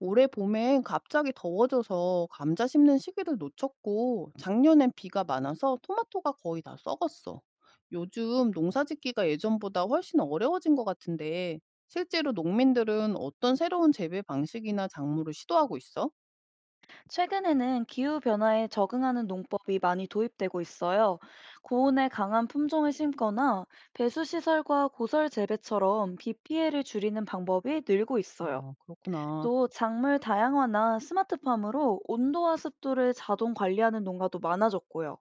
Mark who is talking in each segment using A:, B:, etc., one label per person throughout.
A: 올해 봄엔 갑자기 더워져서 감자 심는 시기를 놓쳤고 작년엔 비가 많아서 토마토가 거의 다 썩었어. 요즘 농사짓기가 예전보다 훨씬 어려워진 것 같은데 실제로 농민들은 어떤 새로운 재배 방식이나 작물을 시도하고 있어?
B: 최근에는 기후변화에 적응하는 농법이 많이 도입되고 있어요. 고온에 강한 품종을 심거나 배수시설과 고설 재배처럼 비 피해를 줄이는 방법이 늘고 있어요.
A: 아, 그렇구나.
B: 또 작물 다양화나 스마트팜으로 온도와 습도를 자동 관리하는 농가도 많아졌고요.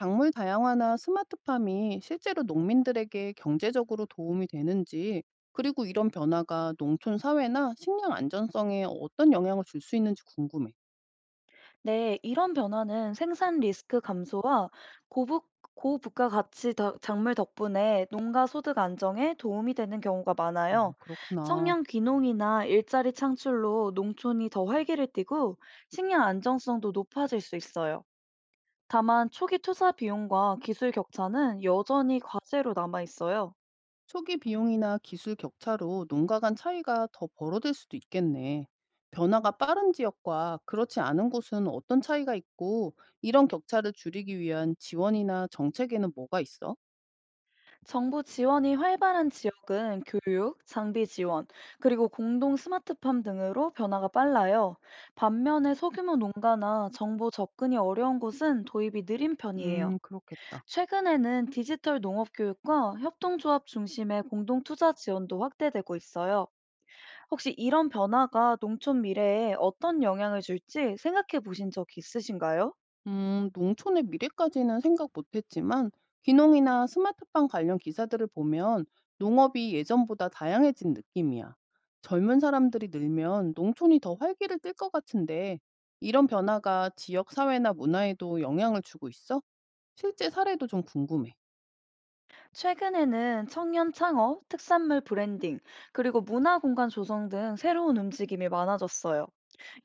A: 작물 다양화나 스마트팜이 실제로 농민들에게 경제적으로 도움이 되는지, 그리고 이런 변화가 농촌 사회나 식량 안전성에 어떤 영향을 줄 수 있는지 궁금해.
B: 네, 이런 변화는 생산 리스크 감소와 고부, 고부가 가치 작물 덕분에 농가 소득 안정에 도움이 되는 경우가
A: 아,
B: 많아요.
A: 그렇구나.
B: 청년 귀농이나 일자리 창출로 농촌이 더 활기를 띠고 식량 안정성도 높아질 수 있어요. 다만 초기 투자 비용과 기술 격차는 여전히 과제로 남아 있어요.
A: 초기 비용이나 기술 격차로 농가 간 차이가 더 벌어질 수도 있겠네. 변화가 빠른 지역과 그렇지 않은 곳은 어떤 차이가 있고, 이런 격차를 줄이기 위한 지원이나 정책에는 뭐가 있어?
B: 정부 지원이 활발한 지역은 교육, 장비 지원, 그리고 공동 스마트팜 등으로 변화가 빨라요. 반면에 소규모 농가나 정보 접근이 어려운 곳은 도입이 느린 편이에요.
A: 그렇겠다.
B: 최근에는 디지털 농업 교육과 협동조합 중심의 공동 투자 지원도 확대되고 있어요. 혹시 이런 변화가 농촌 미래에 어떤 영향을 줄지 생각해 보신 적 있으신가요?
A: 농촌의 미래까지는 생각 못했지만 귀농이나 스마트팜 관련 기사들을 보면 농업이 예전보다 다양해진 느낌이야. 젊은 사람들이 늘면 농촌이 더 활기를 띨 것 같은데 이런 변화가 지역 사회나 문화에도 영향을 주고 있어? 실제 사례도 좀 궁금해.
B: 최근에는 청년 창업, 특산물 브랜딩, 그리고 문화 공간 조성 등 새로운 움직임이 많아졌어요.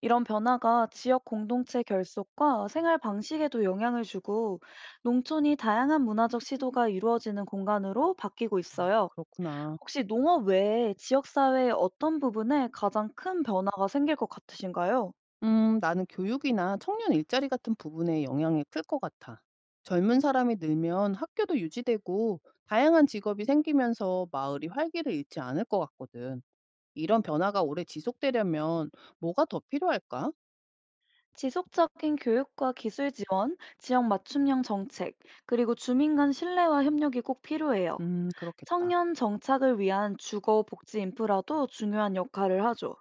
B: 이런 변화가 지역 공동체 결속과 생활 방식에도 영향을 주고 농촌이 다양한 문화적 시도가 이루어지는 공간으로 바뀌고
A: 아,
B: 있어요.
A: 그렇구나.
B: 혹시 농업 외에 지역사회의 어떤 부분에 가장 큰 변화가 생길 것 같으신가요?
A: 나는 교육이나 청년 일자리 같은 부분에 영향이 클 것 같아. 젊은 사람이 늘면 학교도 유지되고 다양한 직업이 생기면서 마을이 활기를 잃지 않을 것 같거든. 이런 변화가 오래 지속되려면 뭐가 더 필요할까?
B: 지속적인 교육과 기술 지원, 지역 맞춤형 정책, 그리고 주민 간 신뢰와 협력이 꼭 필요해요.
A: 그렇겠다.
B: 청년 정착을 위한 주거 복지 인프라도 중요한 역할을 하죠.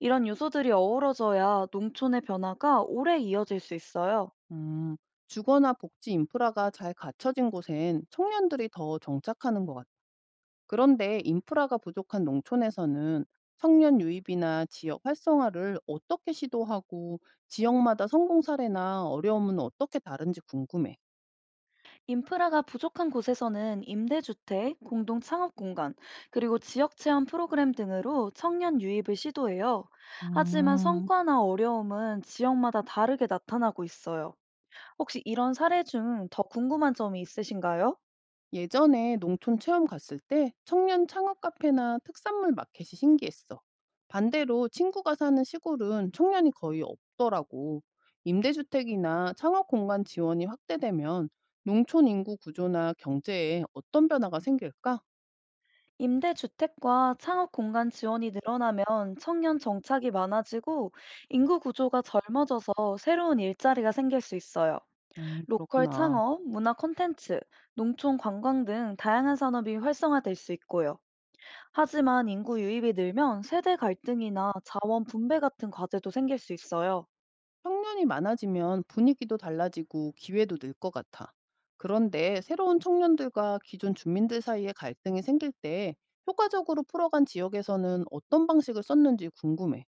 B: 이런 요소들이 어우러져야 농촌의 변화가 오래 이어질 수 있어요.
A: 음, 주거나 복지 인프라가 잘 갖춰진 곳엔 청년들이 더 정착하는 것 같아. 그런데 인프라가 부족한 농촌에서는 청년 유입이나 지역 활성화를 어떻게 시도하고 지역마다 성공 사례나 어려움은 어떻게 다른지 궁금해.
B: 인프라가 부족한 곳에서는 임대주택, 공동 창업 공간, 그리고 지역 체험 프로그램 등으로 청년 유입을 시도해요. 하지만
A: 음,
B: 성과나 어려움은 지역마다 다르게 나타나고 있어요. 혹시 이런 사례 중 더 궁금한 점이 있으신가요?
A: 예전에 농촌 체험 갔을 때 청년 창업 카페나 특산물 마켓이 신기했어. 반대로 친구가 사는 시골은 청년이 거의 없더라고. 임대주택이나 창업 공간 지원이 확대되면 농촌 인구 구조나 경제에 어떤 변화가 생길까?
B: 임대주택과 창업 공간 지원이 늘어나면 청년 정착이 많아지고 인구 구조가 젊어져서 새로운 일자리가 생길 수 있어요. 로컬
A: 그렇구나.
B: 창업, 문화 콘텐츠, 농촌 관광 등 다양한 산업이 활성화될 수 있고요. 하지만 인구 유입이 늘면 세대 갈등이나 자원 분배 같은 과제도 생길 수 있어요.
A: 청년이 많아지면 분위기도 달라지고 기회도 늘 것 같아. 그런데 새로운 청년들과 기존 주민들 사이에 갈등이 생길 때 효과적으로 풀어간 지역에서는 어떤 방식을 썼는지 궁금해.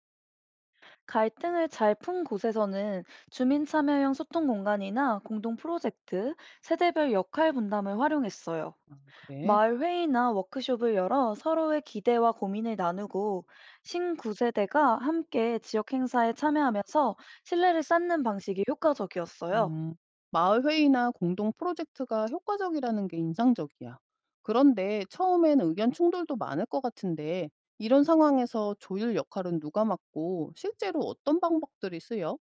B: 갈등을 잘 푼 곳에서는 주민 참여형 소통 공간이나 공동 프로젝트, 세대별 역할 분담을 활용했어요.
A: 아, 그래.
B: 마을 회의나 워크숍을 열어 서로의 기대와 고민을 나누고 신구세대가 함께 지역 행사에 참여하면서 신뢰를 쌓는 방식이 효과적이었어요.
A: 음, 마을 회의나 공동 프로젝트가 효과적이라는 게 인상적이야. 그런데 처음엔 의견 충돌도 많을 것 같은데 이런 상황에서 조율 역할은 누가 맡고 실제로 어떤 방법들이 쓰여?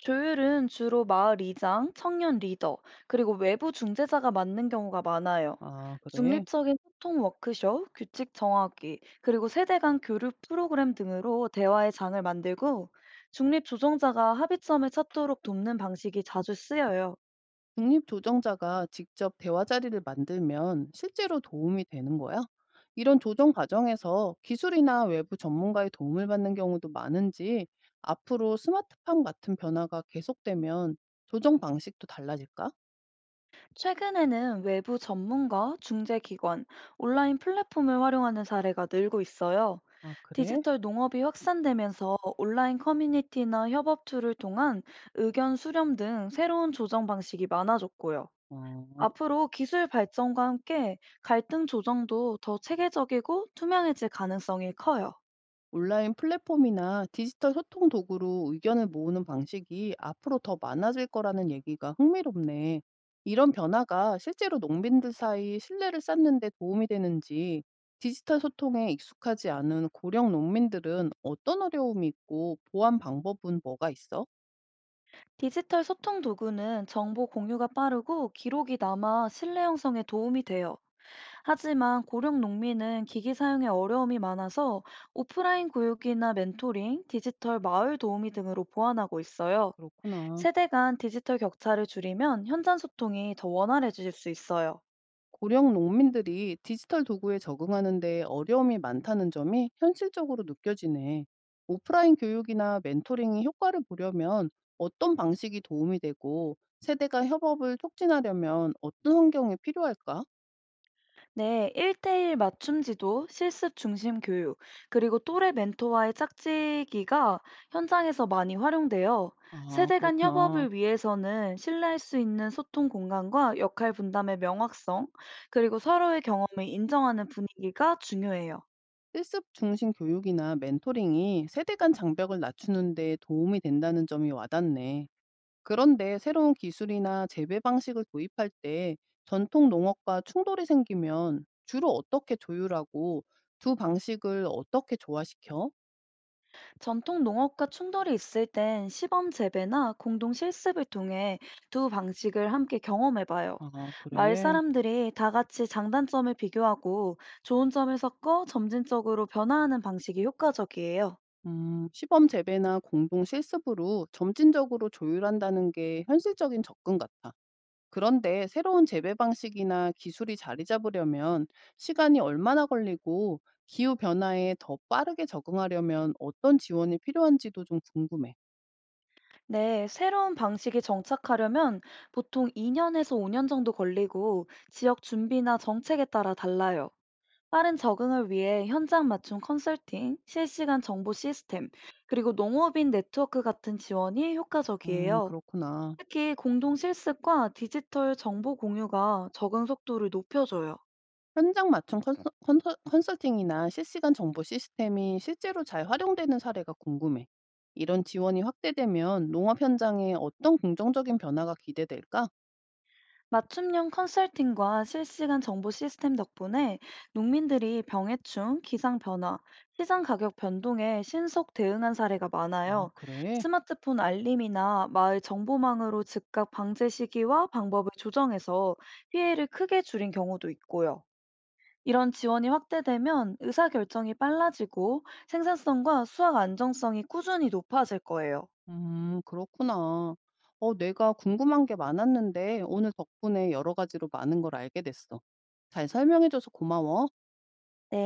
B: 조율은 주로 마을 이장, 청년 리더, 그리고 외부 중재자가 맡는 경우가 많아요.
A: 아, 그래.
B: 중립적인 소통 워크숍, 규칙 정하기, 그리고 세대 간 교류 프로그램 등으로 대화의 장을 만들고 중립 조정자가 합의점을 찾도록 돕는 방식이 자주 쓰여요.
A: 중립조정자가 직접 대화 자리를 만들면 실제로 도움이 되는 거야? 이런 조정 과정에서 기술이나 외부 전문가의 도움을 받는 경우도 많은지 앞으로 스마트팜 같은 변화가 계속되면 조정 방식도 달라질까?
B: 최근에는 외부 전문가, 중재기관, 온라인 플랫폼을 활용하는 사례가 늘고 있어요.
A: 아, 그래?
B: 디지털 농업이 확산되면서 온라인 커뮤니티나 협업 툴을 통한 의견 수렴 등 새로운 조정 방식이 많아졌고요.
A: 어.
B: 앞으로 기술 발전과 함께 갈등 조정도 더 체계적이고 투명해질 가능성이 커요.
A: 온라인 플랫폼이나 디지털 소통 도구로 의견을 모으는 방식이 앞으로 더 많아질 거라는 얘기가 흥미롭네. 이런 변화가 실제로 농민들 사이 신뢰를 쌓는 데 도움이 되는지 디지털 소통에 익숙하지 않은 고령 농민들은 어떤 어려움이 있고 보완 방법은 뭐가 있어?
B: 디지털 소통 도구는 정보 공유가 빠르고 기록이 남아 신뢰 형성에 도움이 돼요. 하지만 고령 농민은 기기 사용에 어려움이 많아서 오프라인 교육이나 멘토링, 디지털 마을 도우미 등으로 보완하고 있어요.
A: 그렇구나.
B: 세대 간 디지털 격차를 줄이면 현장 소통이 더 원활해질 수 있어요.
A: 고령 농민들이 디지털 도구에 적응하는데 어려움이 많다는 점이 현실적으로 느껴지네. 오프라인 교육이나 멘토링이 효과를 보려면 어떤 방식이 도움이 되고 세대가 협업을 촉진하려면 어떤 환경이 필요할까?
B: 네, 1대1 맞춤 지도, 실습 중심 교육, 그리고 또래 멘토와의 짝짓기가 현장에서 많이 활용돼요.
A: 아,
B: 세대 간
A: 그렇구나.
B: 협업을 위해서는 신뢰할 수 있는 소통 공간과 역할 분담의 명확성, 그리고 서로의 경험을 인정하는 분위기가 중요해요.
A: 실습 중심 교육이나 멘토링이 세대 간 장벽을 낮추는 데 도움이 된다는 점이 와닿네. 그런데 새로운 기술이나 재배 방식을 도입할 때 전통 농업과 충돌이 생기면 주로 어떻게 조율하고 두 방식을 어떻게 조화시켜?
B: 전통 농업과 충돌이 있을 땐 시범 재배나 공동 실습을 통해 두 방식을 함께 경험해봐요.
A: 아,
B: 마을
A: 그래.
B: 사람들이 다 같이 장단점을 비교하고 좋은 점을 섞어 점진적으로 변화하는 방식이 효과적이에요.
A: 시범 재배나 공동 실습으로 점진적으로 조율한다는 게 현실적인 접근 같아. 그런데 새로운 재배 방식이나 기술이 자리 잡으려면 시간이 얼마나 걸리고 기후 변화에 더 빠르게 적응하려면 어떤 지원이 필요한지도 좀 궁금해.
B: 네, 새로운 방식이 정착하려면 보통 2년에서 5년 정도 걸리고 지역 준비나 정책에 따라 달라요. 빠른 적응을 위해 현장 맞춤 컨설팅, 실시간 정보 시스템, 그리고 농업인 네트워크 같은 지원이 효과적이에요.
A: 그렇구나.
B: 특히 공동 실습과 디지털 정보 공유가 적응 속도를 높여줘요.
A: 현장 맞춤 컨서 컨서 컨설팅이나 실시간 정보 시스템이 실제로 잘 활용되는 사례가 궁금해. 이런 지원이 확대되면 농업 현장에 어떤 긍정적인 변화가 기대될까?
B: 맞춤형 컨설팅과 실시간 정보 시스템 덕분에 농민들이 병해충, 기상 변화, 시장 가격 변동에 신속 대응한 사례가
A: 아,
B: 많아요.
A: 그래?
B: 스마트폰 알림이나 마을 정보망으로 즉각 방제 시기와 방법을 조정해서 피해를 크게 줄인 경우도 있고요. 이런 지원이 확대되면 의사결정이 빨라지고 생산성과 수확 안정성이 꾸준히 높아질 거예요.
A: 그렇구나. 어, 내가 궁금한 게 많았는데 오늘 덕분에 여러 가지로 많은 걸 알게 됐어. 잘 설명해줘서 고마워.
B: 네.